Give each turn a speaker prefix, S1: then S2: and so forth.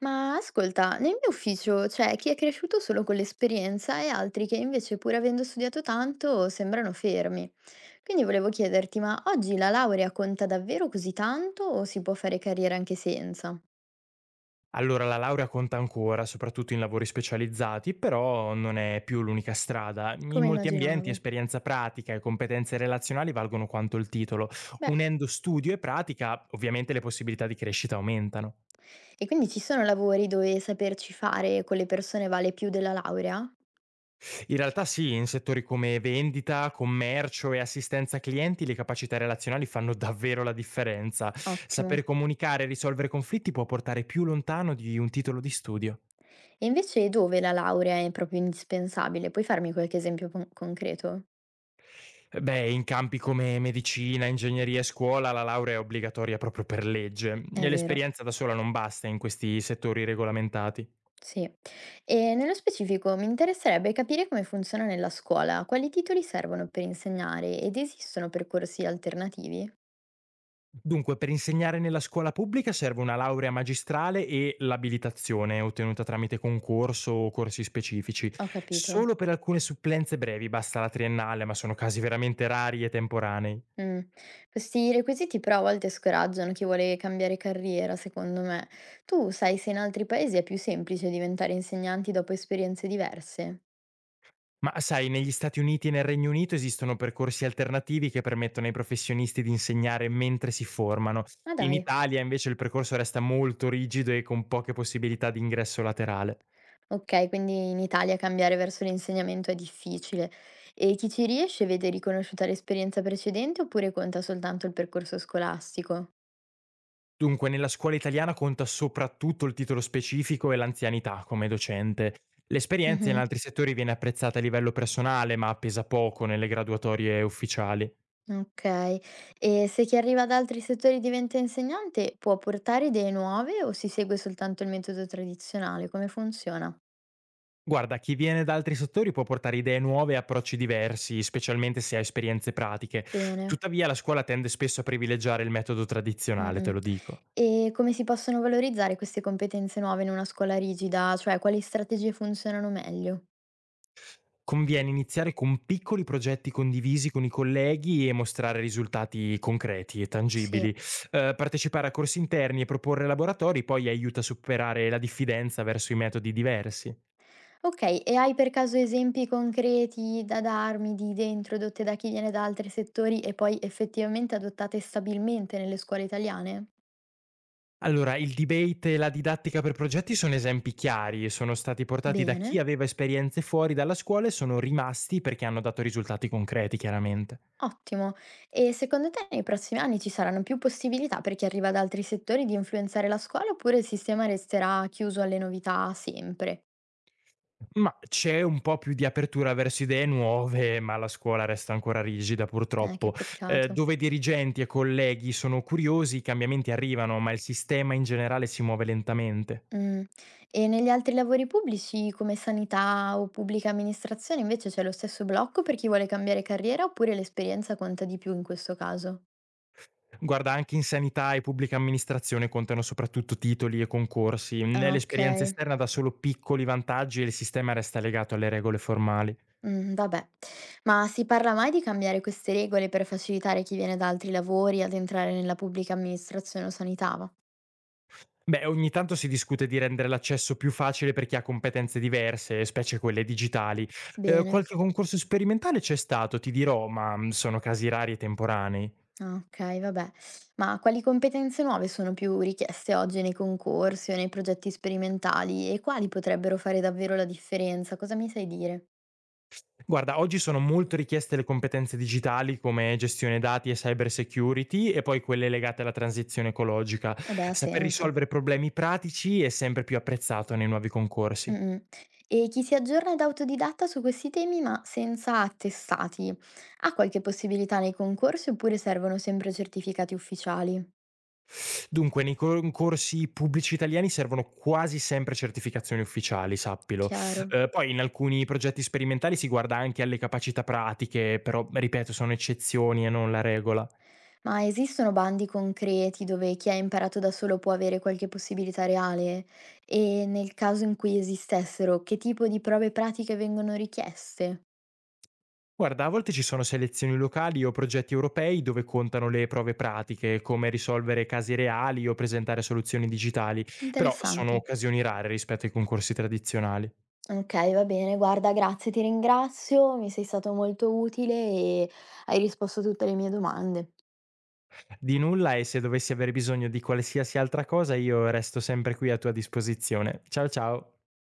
S1: Ma ascolta, nel mio ufficio c'è chi è cresciuto solo con l'esperienza e altri che invece, pur avendo studiato tanto, sembrano fermi. Quindi volevo chiederti, ma oggi la laurea conta davvero così tanto o si può fare carriera anche senza?
S2: Allora, la laurea conta ancora, soprattutto in lavori specializzati, però non è più l'unica strada.
S1: Come
S2: In molti ambienti
S1: immaginavo.
S2: esperienza pratica e competenze relazionali valgono quanto il titolo.
S1: Beh,
S2: Unendo studio e pratica, ovviamente le possibilità di crescita aumentano.
S1: e quindi ci sono lavori dove saperci fare con le persone vale più della laurea?
S2: In realtà sì, in settori come vendita, commercio e assistenza clienti, le capacità relazionali fanno davvero la differenza.
S1: Ottimo.
S2: Saper comunicare e risolvere conflitti può portare più lontano di un titolo di studio.
S1: E invece dove la laurea è proprio indispensabile? Puoi farmi qualche esempio concreto?
S2: Eh beh, in campi come medicina, ingegneria e scuola la laurea è obbligatoria proprio per legge
S1: È
S2: e
S1: vero.
S2: l'esperienza da sola non basta in questi settori regolamentati.
S1: Sì. E nello specifico mi interesserebbe capire come funziona nella scuola, quali titoli servono per insegnare ed esistono percorsi alternativi?
S2: Dunque, per insegnare nella scuola pubblica serve una laurea magistrale e l'abilitazione ottenuta tramite concorso o corsi specifici.
S1: Ho capito.
S2: Solo per alcune supplenze brevi basta la triennale, ma sono casi veramente rari e temporanei.
S1: Mm. Questi requisiti però a volte scoraggiano chi vuole cambiare carriera, secondo me. Tu sai se in altri paesi è più semplice diventare insegnanti dopo esperienze diverse?
S2: Ma sai, negli Stati Uniti e nel Regno Unito esistono percorsi alternativi che permettono ai professionisti di insegnare mentre si formano.
S1: Ma
S2: In
S1: dai.
S2: Italia invece il percorso resta molto rigido e con poche possibilità di ingresso laterale.
S1: Ok, quindi in Italia cambiare verso l'insegnamento è difficile. E chi ci riesce vede riconosciuta l'esperienza precedente oppure conta soltanto il percorso scolastico?
S2: Dunque, nella scuola italiana conta soprattutto il titolo specifico e l'anzianità come docente. L'esperienza in
S1: Mh-mh.
S2: altri settori viene apprezzata a livello personale, ma pesa poco nelle graduatorie ufficiali.
S1: Okay. E se chi arriva da altri settori diventa insegnante, può portare idee nuove o si segue soltanto il metodo tradizionale? Come funziona?
S2: Guarda, chi viene da altri settori può portare idee nuove e approcci diversi, specialmente se ha esperienze pratiche.
S1: Bene.
S2: Tuttavia, la scuola tende spesso a privilegiare il metodo tradizionale, te
S1: Mh-mh.
S2: lo dico.
S1: E come si possono valorizzare queste competenze nuove in una scuola rigida? Cioè, quali strategie funzionano meglio?
S2: Conviene iniziare con piccoli progetti condivisi con i colleghi e mostrare risultati concreti e
S1: Sì.
S2: tangibili. Partecipare a corsi interni e proporre laboratori poi aiuta a superare la diffidenza verso i metodi diversi.
S1: Okay, e hai per caso esempi concreti da darmi di idee introdotte da chi viene da altri settori e poi effettivamente adottate stabilmente nelle scuole italiane?
S2: Allora, il debate e la didattica per progetti sono esempi chiari, e sono stati portati da chi
S1: Bene.
S2: aveva esperienze fuori dalla scuola e sono rimasti perché hanno dato risultati concreti, chiaramente.
S1: Ottimo. E secondo te nei prossimi anni ci saranno più possibilità per chi arriva da altri settori di influenzare la scuola oppure il sistema resterà chiuso alle novità sempre?
S2: Ma c'è un po' più di apertura verso idee nuove, ma la scuola resta ancora rigida,
S1: Che
S2: purtroppo.
S1: peccato.
S2: Dove dirigenti e colleghi sono curiosi, i cambiamenti arrivano, ma il sistema in generale si muove lentamente.
S1: Mm. E negli altri lavori pubblici come sanità o pubblica amministrazione invece c'è lo stesso blocco per chi vuole cambiare carriera oppure l'esperienza conta di più in questo caso?
S2: Guarda, anche in sanità e pubblica amministrazione contano soprattutto titoli e concorsi.
S1: Ah, ok.
S2: L'esperienza esterna dà solo piccoli vantaggi e il sistema resta legato alle regole formali.
S1: Mm, vabbè. Ma si parla mai di cambiare queste regole per facilitare chi viene da altri lavori ad entrare nella pubblica amministrazione o sanità?
S2: Beh, ogni tanto si discute di rendere l'accesso più facile per chi ha competenze diverse, specie quelle digitali.
S1: Bene.
S2: Qualche concorso sperimentale c'è stato, ti dirò, ma sono casi rari e temporanei.
S1: Ah, okay, vabbè. Ma quali competenze nuove sono più richieste oggi nei concorsi o nei progetti sperimentali e quali potrebbero fare davvero la differenza? Cosa mi sai dire?
S2: Guarda, oggi sono molto richieste le competenze digitali come gestione dati e cyber security e poi quelle legate alla transizione ecologica.
S1: Eh beh, ha
S2: Saper
S1: senso.
S2: risolvere problemi pratici è sempre più apprezzato nei nuovi concorsi.
S1: Mh-mh. E chi si aggiorna da autodidatta su questi temi ma senza attestati, ha qualche possibilità nei concorsi oppure servono sempre certificati ufficiali?
S2: Dunque, nei concorsi pubblici italiani servono quasi sempre certificazioni ufficiali, sappilo.
S1: Chiaro.
S2: Poi in alcuni progetti sperimentali si guarda anche alle capacità pratiche, però ripeto, sono eccezioni e non la regola.
S1: Ma esistono bandi concreti dove chi ha imparato da solo può avere qualche possibilità reale? E nel caso in cui esistessero, che tipo di prove pratiche vengono richieste?
S2: Guarda, a volte ci sono selezioni locali o progetti europei dove contano le prove pratiche, come risolvere casi reali o presentare soluzioni digitali, però sono
S1: Interessante.
S2: occasioni rare rispetto ai concorsi tradizionali.
S1: Ok, va bene, guarda, grazie, ti ringrazio, mi sei stato molto utile e hai risposto a tutte le mie domande.
S2: Di nulla e se dovessi avere bisogno di qualsiasi altra cosa io resto sempre qui a tua disposizione. Ciao ciao!